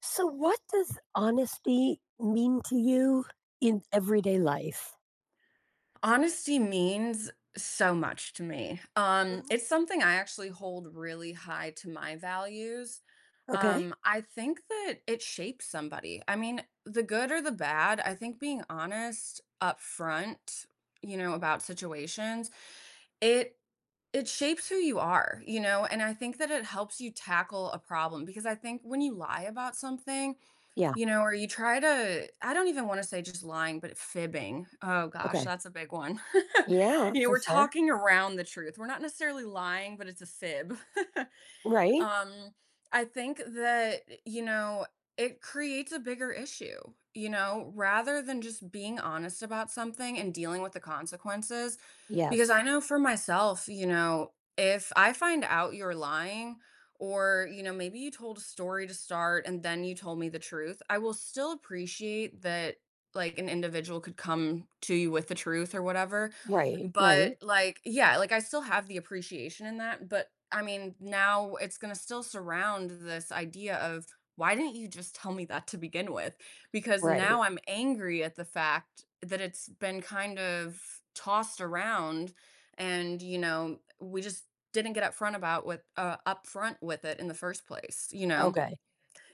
So, what does honesty mean to you in everyday life? Honesty means so much to me. Mhm. It's something I actually hold really high to my values. Okay. I think that it shapes somebody. I mean, the good or the bad, I think being honest up front, you know, about situations, it it shapes who you are, you know, and I think that it helps you tackle a problem because I think when you lie about something, Yeah. you know, or you try to I don't even wanna say just lying, but fibbing. Oh Okay. gosh, Okay. that's a big one. Yeah, You know, for we're sure. talking around the truth. We're not necessarily lying, but it's a fib. Right. Um, I think that, you know, it creates a bigger issue, you know, rather than just being honest about something and dealing with the consequences. Because I Yes. know for myself, you know, if I find out you're lying, or, you know, maybe you told a story to start and then you told me the truth, I will still appreciate that like an individual could come to you with the truth or whatever Right. but, Right. like yeah, like, I still have the appreciation in that, but, I mean, now it's gonna still surround this idea of, "Why didn't you just tell me that to begin with?" Because Right. now I'm angry at the fact that it's been kind of tossed around and, you know, we just didn't get upfront about with upfront with it in the first place, you know? Okay.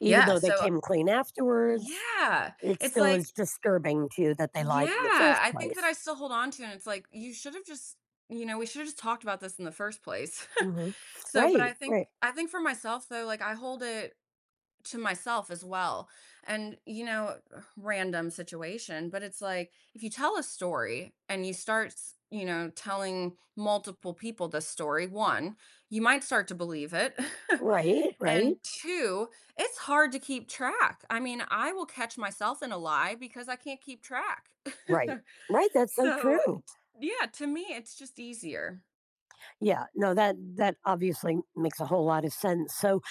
Even Yeah, though they so came clean afterwards, yeah! it It's still is like disturbing to you that they lied in the yeah, first I think that place. I still hold on to it, and it's like, you should have just you know, we should have just talked about this in the first place. Hmm. So, but Right. I think Right. I think for myself though, like, I hold it to myself as well. And, you know, random situation, but it's like, if you tell a story and you start, you know, telling multiple people this story, one, you might start to believe it. Right. Right. And two, it's hard to keep track. I mean, I will catch myself in a lie because I can't keep track. Right. Right. That's so so, true. Yeah, to me, it's just easier. Yeah, no, that obviously makes a whole lot of sense. So,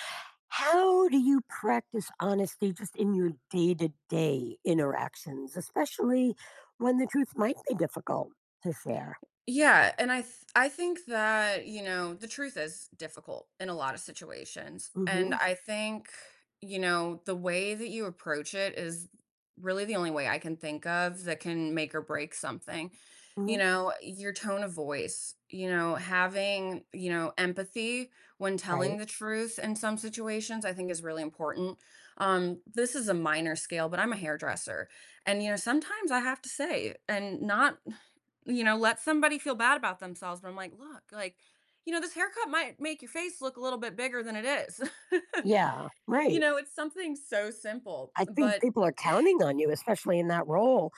how do you practice honesty just in your day-to-day interactions, especially when the truth might be difficult to share? Yeah, and I think that, you know, the truth is difficult in a lot of situations. And Mhm. I think, you know, the way that you approach it is really the only way I can think of that can make or break something. You Mhm. know, your tone of voice, you know, having, you know, empathy when telling Right. the truth in some situations, I think is really important. This is a minor scale, but I'm a hairdresser. And, you know, sometimes I have to say, and not you know, let somebody feel bad about themselves, but I'm like, "Look, like, you know, this haircut might make your face look a little bit bigger than it is." Yeah, You right. know, it's something so simple, I think but people are counting on you, especially in that role,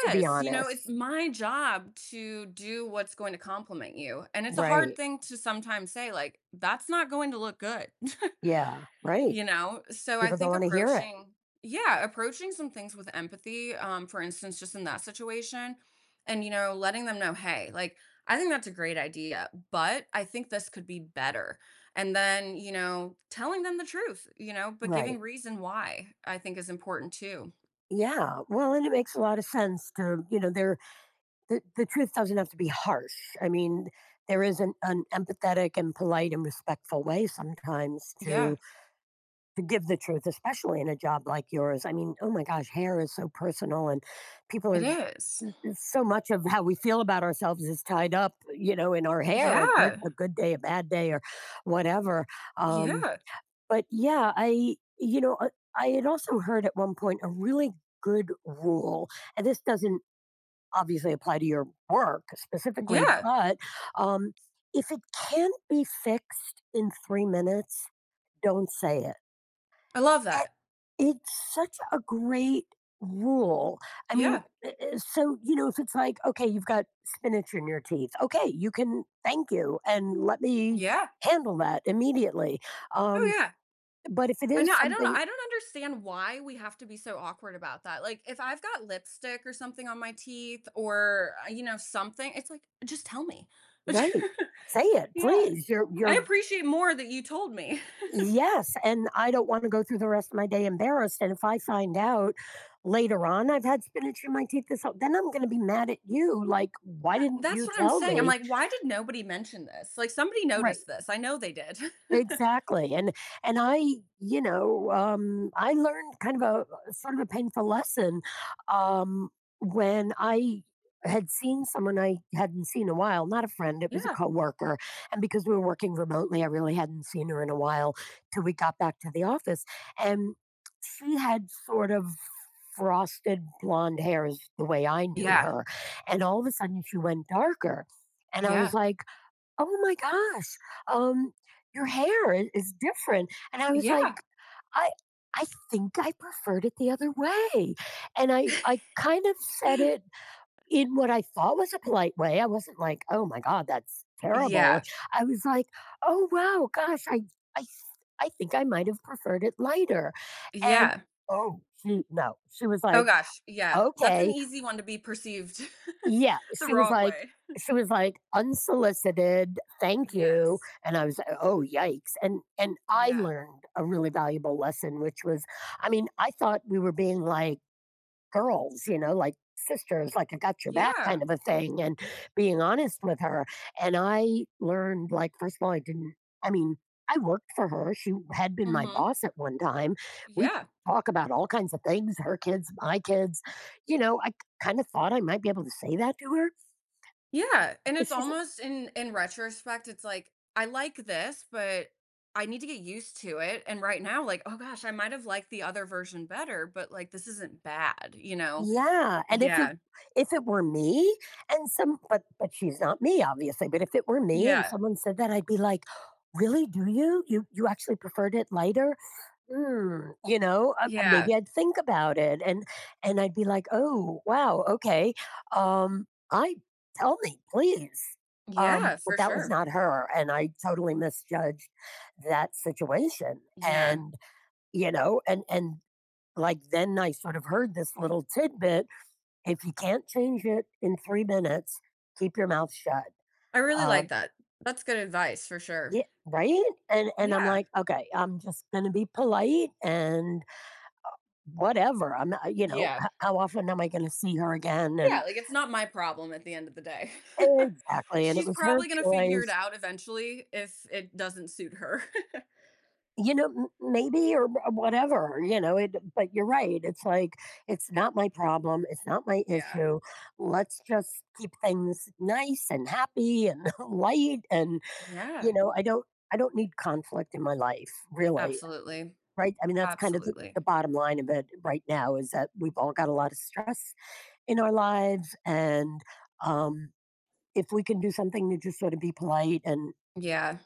to be you know, it's honest. my job to do what's going to compliment you, and it's a hard Right. thing to sometimes say, like, "That's not going to look good." Yeah, right. You know? So I People don't think want to hear it. approaching yeah, approaching some things with empathy, for instance, just in that situation, and, you know, letting them know, "Hey, like, I think that's a great idea, but I think this could be better." And then, you know, telling them the truth, you know, but Right. giving reason why I think is important too. Yeah. Well, and it makes a lot of sense to, there, the truth doesn't have to be harsh. I mean, there is an empathetic and polite and respectful way sometimes Yeah, to give the truth, especially in a job like yours. I mean, oh my gosh, hair is so personal, and people it are — is. so much of how we feel about ourselves is tied up in our hair. A good Yeah, a good day, a bad day, or whatever. Um, yeah, but yeah, I you know I had also heard at one point a really good rule, and this doesn't obviously apply to your work specifically, yeah. but um, if it can't be fixed in 3 minutes, don't say it. I love Eh, that. It's such a great rule. I mean, Yeah, so, if it's like, okay, you've got spinach in your teeth, okay, you can — thank you — and let me yeah. handle that immediately. Um, Oh, yeah. but if it I is know, I don't something, I don't understand why we have to be so awkward about that, like, if I've got lipstick or something on my teeth or, you know, something, it's like, "Just tell me." right. Say it, Yeah, please. You're I you're appreciate more that you told me. Yes, and I don't wanna go through the rest of my day embarrassed, and if I find out later on I've had spinach in my teeth this whole — then I'm gonna be mad at you, like, "Why didn't That's you what I'm tell saying, I'm me?" like, "Why did nobody mention this?" Like, somebody Right. noticed this, I know they did. Exactly, and I, I learned kind of a sort of a painful lesson um, when I had seen someone I hadn't seen in a while, not a friend, it was a Yeah. coworker, and because we were working remotely, I really hadn't seen her in a while till we got back to the office, and she had sort of frosted blonde hair is the way I knew Yeah. her, and all of a sudden she went darker, and I was Yeah. like, "Oh my gosh, um, your hair I is different," and I was like, Yeah. "I I think I preferred it the other way," and I kind of said it in what I thought was a polite way. I wasn't like, "Oh my god, that's terrible." Yeah. I was like, "Oh, wow, gosh, I I think I might have preferred it lighter," and, Yeah. oh, she no, she was Oh like, gosh, yeah, that's an "Okay." easy one to be perceived Yeah, the she was wrong like way. she was like, "Unsolicited, thank you." Yes. And I was, like, "Oh, yikes." And I Yeah. learned a really valuable lesson, which was, I mean, I thought we were being like girls, you know, like sisters, like I got your back Yeah. kind of a thing, and being honest with her. And I learned, like, first of all, I didn't — I mean, I worked for her. She had been my Mhm. boss at one time. We Yeah. talk about all kinds of things — her kids, my kids. You know, I kind of thought I might be able to say that to her, Yeah, and but it's she's — almost in retrospect, it's like, I like this, but I need to get used to it, and right now, like, oh gosh, I might have liked the other version better, but, like, this isn't bad, you know? yeah. And if it, Yeah. if it were me — and some but she's not me obviously, but if it were me and Yeah. someone said that, I'd be like, really? Do you actually preferred it lighter? Maybe Yeah. I'd think about it, and I'd be like, "Oh, wow, okay. Um, I tell me, please." Yeah, But for that was sure. not her, and I totally misjudged that situation. Yeah. And, you know, and and like then I sort of heard this little tidbit: if you can't change it in 3 minutes, keep your mouth shut. I really like Um, that. That's good advice for sure. yeah, right? And I'm Yeah. like, "Okay, I'm just going to be polite and whatever. I'm not — you know, Yeah. h how often am I gonna see her again, and — Yeah, like, it's not my problem at the end of the day. exactly, and it She's was her probably gonna figure it choice, out eventually if it doesn't suit her. you know, m maybe or whatever, you know, it — but you're right, it's like, it's not my problem, it's not my Yeah. issue, let's just keep things nice and happy and light and, Yeah, you know, I don't need conflict in my life, really, absolutely. right? I mean, that's kind of the Absolutely. the bottom line of it right now — is that we've all got a lot of stress in our lives and, um if we can do something to just sort of be polite and Yeah.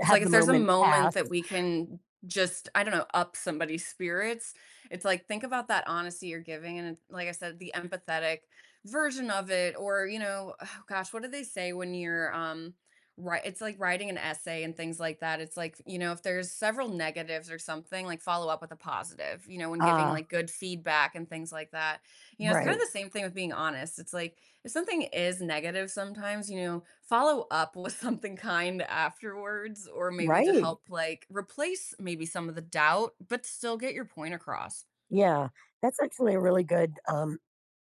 It's like have the if there's a moment moment pass. that we can just, I don't know, up somebody's spirits, it's like think about that honesty you're giving. And it- like I said, the empathetic version of it, or, you know, oh gosh, what do they say when you're, right, it's like writing an essay and things like that. It's like, you know, if there's several negatives or something, like follow up with a positive, you know, when giving Uh, like good feedback and things like that. You know, it's kind of right. the same thing with being honest. It's like if something is negative sometimes, you know, follow up with something kind afterwards, or maybe to Right. help like replace maybe some of the doubt, but still get your point across. Yeah. That's actually a really good,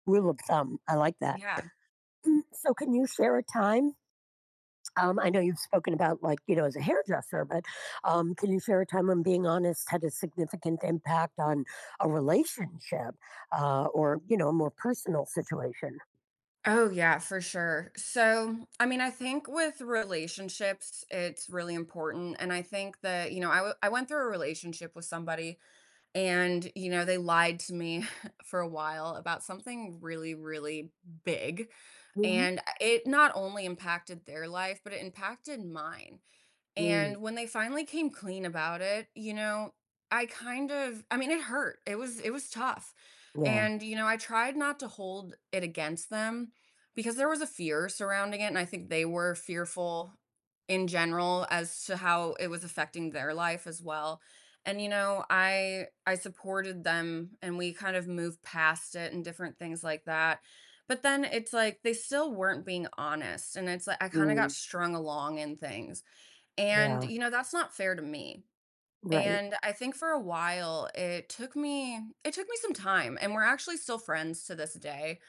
rule of thumb. I like that. Yeah. So, can you share a time? I know you've spoken about, like, as a hairdresser, but can you share a time when being honest had a significant impact on a relationship, or, you know, a more personal situation? Oh, yeah, for sure. So, I mean, I think with relationships, it's really important. And I think that, you know, I went through a relationship with somebody and, you know, they lied to me for a while about something really, really big. Mhm. And it not only impacted their life, but it impacted mine. Mm. And when they finally came clean about it, you know, I kind of I mean, it hurt. It was tough. Yeah. And, you know, I tried not to hold it against them because there was a fear surrounding it, and I think they were fearful in general as to how it was affecting their life as well. And, you know, I supported them and we kind of moved past it and different things like that. But then it's like they still weren't being honest. And it's like I kind of Mm. got strung along in things and, Yeah. you know, that's not fair to me. Right. And I think for a while it took me some time and we're actually still friends to this day.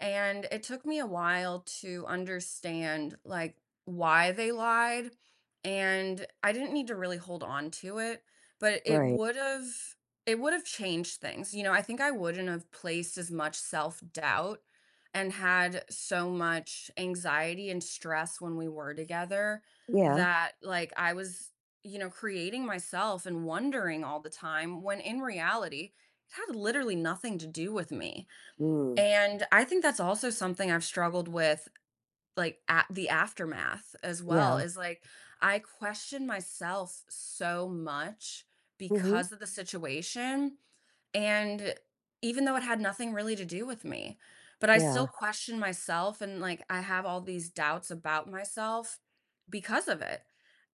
And it took me a while to understand like why they lied. And I didn't need to really hold on to it, but it Right. would have it would have changed things. You know, I think I wouldn't have placed as much self-doubt and had so much anxiety and stress when we were together Yeah. that like I was, you know, creating myself and wondering all the time when in reality it had literally nothing to do with me Mm. and I think that's also something I've struggled with, like, at the aftermath as well, Yeah. is like, I question myself so much Mhm. because of the situation, and even though it had nothing really to do with me, but I still Yeah. question myself and like I have all these doubts about myself because of it.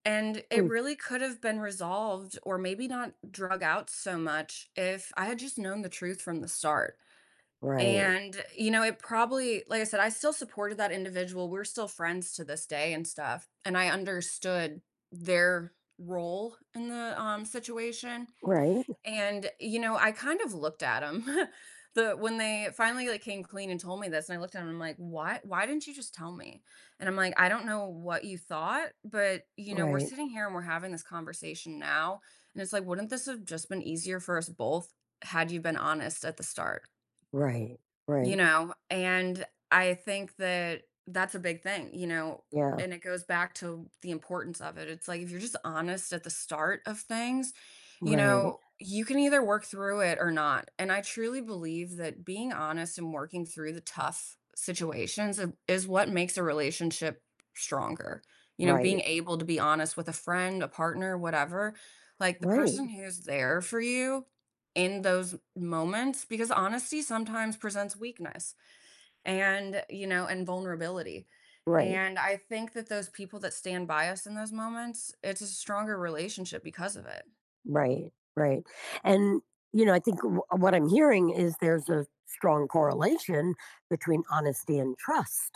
And it Mm. really could have been resolved or maybe not drug out so much if I had just known the truth from the start. Right. And, you know, it probably like I said, I still supported that individual, we're still friends to this day and stuff, and I understood their role in the, situation, Right. and, you know, I kind of looked at 'em. The when they finally, like, came clean and told me this, and I looked at 'em, I'm like, why didn't you just tell me?" And I'm like, "I don't know what you thought, but, you know, we're Right. sitting here and we're having this conversation now." And it's like, "Wouldn't this have just been easier for us both had you been honest at the start?" Right. You Right. know, and I think that that's a big thing, you know, Yeah. and it goes back to the importance of it. It's like if you're just honest at the start of things, you Right. know, you can either work through it or not. And I truly believe that being honest and working through the tough situations is what makes a relationship stronger. You know, being Right. able to be honest with a friend, a partner, whatever, like the person Right. who's there for you in those moments because honesty sometimes presents weakness and you know and vulnerability Right. and I think that those people that stand by us in those moments it's a stronger relationship because of it. Right. Right. And, I think what I'm hearing is there's a strong correlation between honesty and trust,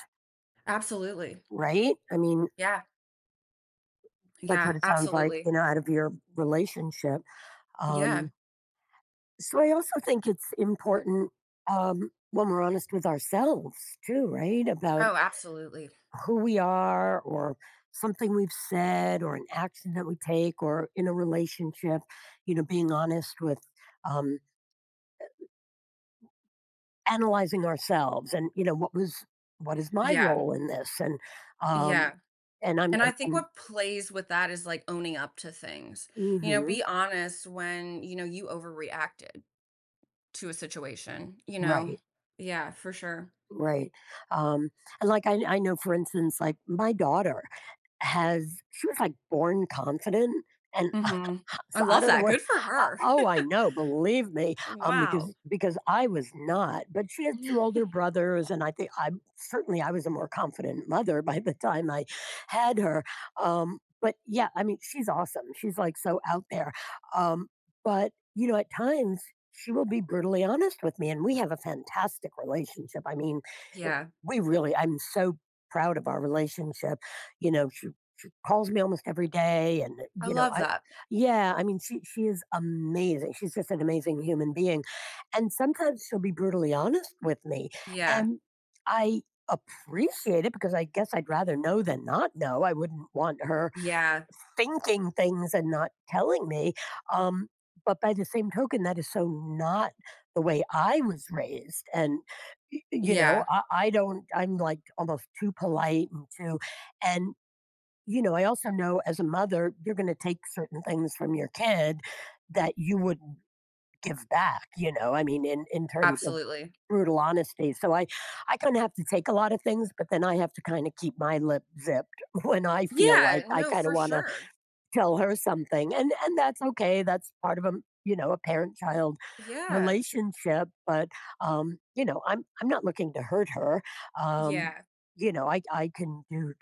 Absolutely. right? I mean, Yeah, that's what yeah, it sounds like, absolutely. Out of your relationship. Yeah, Um, So I also think it's important, when we're honest with ourselves too, right? About oh absolutely. who we are or something we've said or an action that we take or in a relationship, you know, being honest with — um, analyzing ourselves and, you know, what is my Yeah, role in this? Um, yeah, and I'm, and uh, I think I'm what plays with that is like owning up to things, you know, mhm, be honest when you know you overreacted to a situation, you know? right, Yeah, for sure. right. Um, and like, I know, for instance, like my daughter has — she was like born confident. And Mhm. I so I love don't know that, where. good for Uh, her. oh, I know. Believe me, Wow. because I was not. But she had two older brothers, and I think I certainly I was a more confident mother by the time I had her. But yeah, I mean, she's awesome. She's like so out there. Um, but you know, at times she will be brutally honest with me, and we have a fantastic relationship. I mean, Yeah, we really — I'm so proud of our relationship. You know, she calls me almost every day, and I love I — that. yeah, I mean, she is amazing. She's just an amazing human being, and sometimes she'll be brutally honest with me, Yeah, and I appreciate it because I guess I'd rather know than not know. I wouldn't want her yeah, thinking things and not telling me. Um, but by the same token, that is so not the way I was raised, and you know, yeah, I don't. I'm like almost too polite and too, and you know, I also know as a mother, you're going to take certain things from your kid that you wouldn't give back, you know, I mean, in terms of absolutely. brutal honesty. So I kind of have to take a lot of things, but then I have to kind of keep my lip zipped when I feel Yeah, like I no, kind of for want to sure. tell her something. And that's okay. That's part of a, you know, a parent child Yeah, relationship, but, I'm not looking to hurt her. Um, yeah. I can do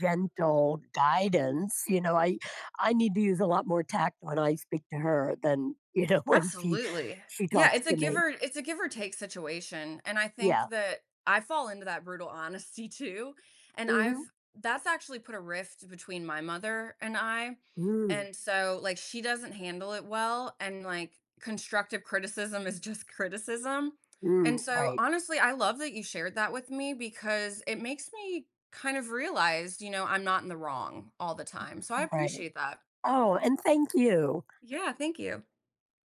gentle guidance. I need to use a lot more tact when I speak to her than when she Absolutely. she Yeah, talks it's a to give me. or it's a give or take situation, and I Yeah. think that I fall into that brutal honesty too, and I've Mm-hmm. that's actually put a rift between my mother and I, Mm, and so, like, she doesn't handle it well, and, like, constructive criticism is just criticism, mm, and so, right. honestly, I love that you shared that with me because it makes me kind of realize, you know, I'm not in the wrong all the time, so I Right. appreciate that. Oh, and thank you. Yeah, thank you.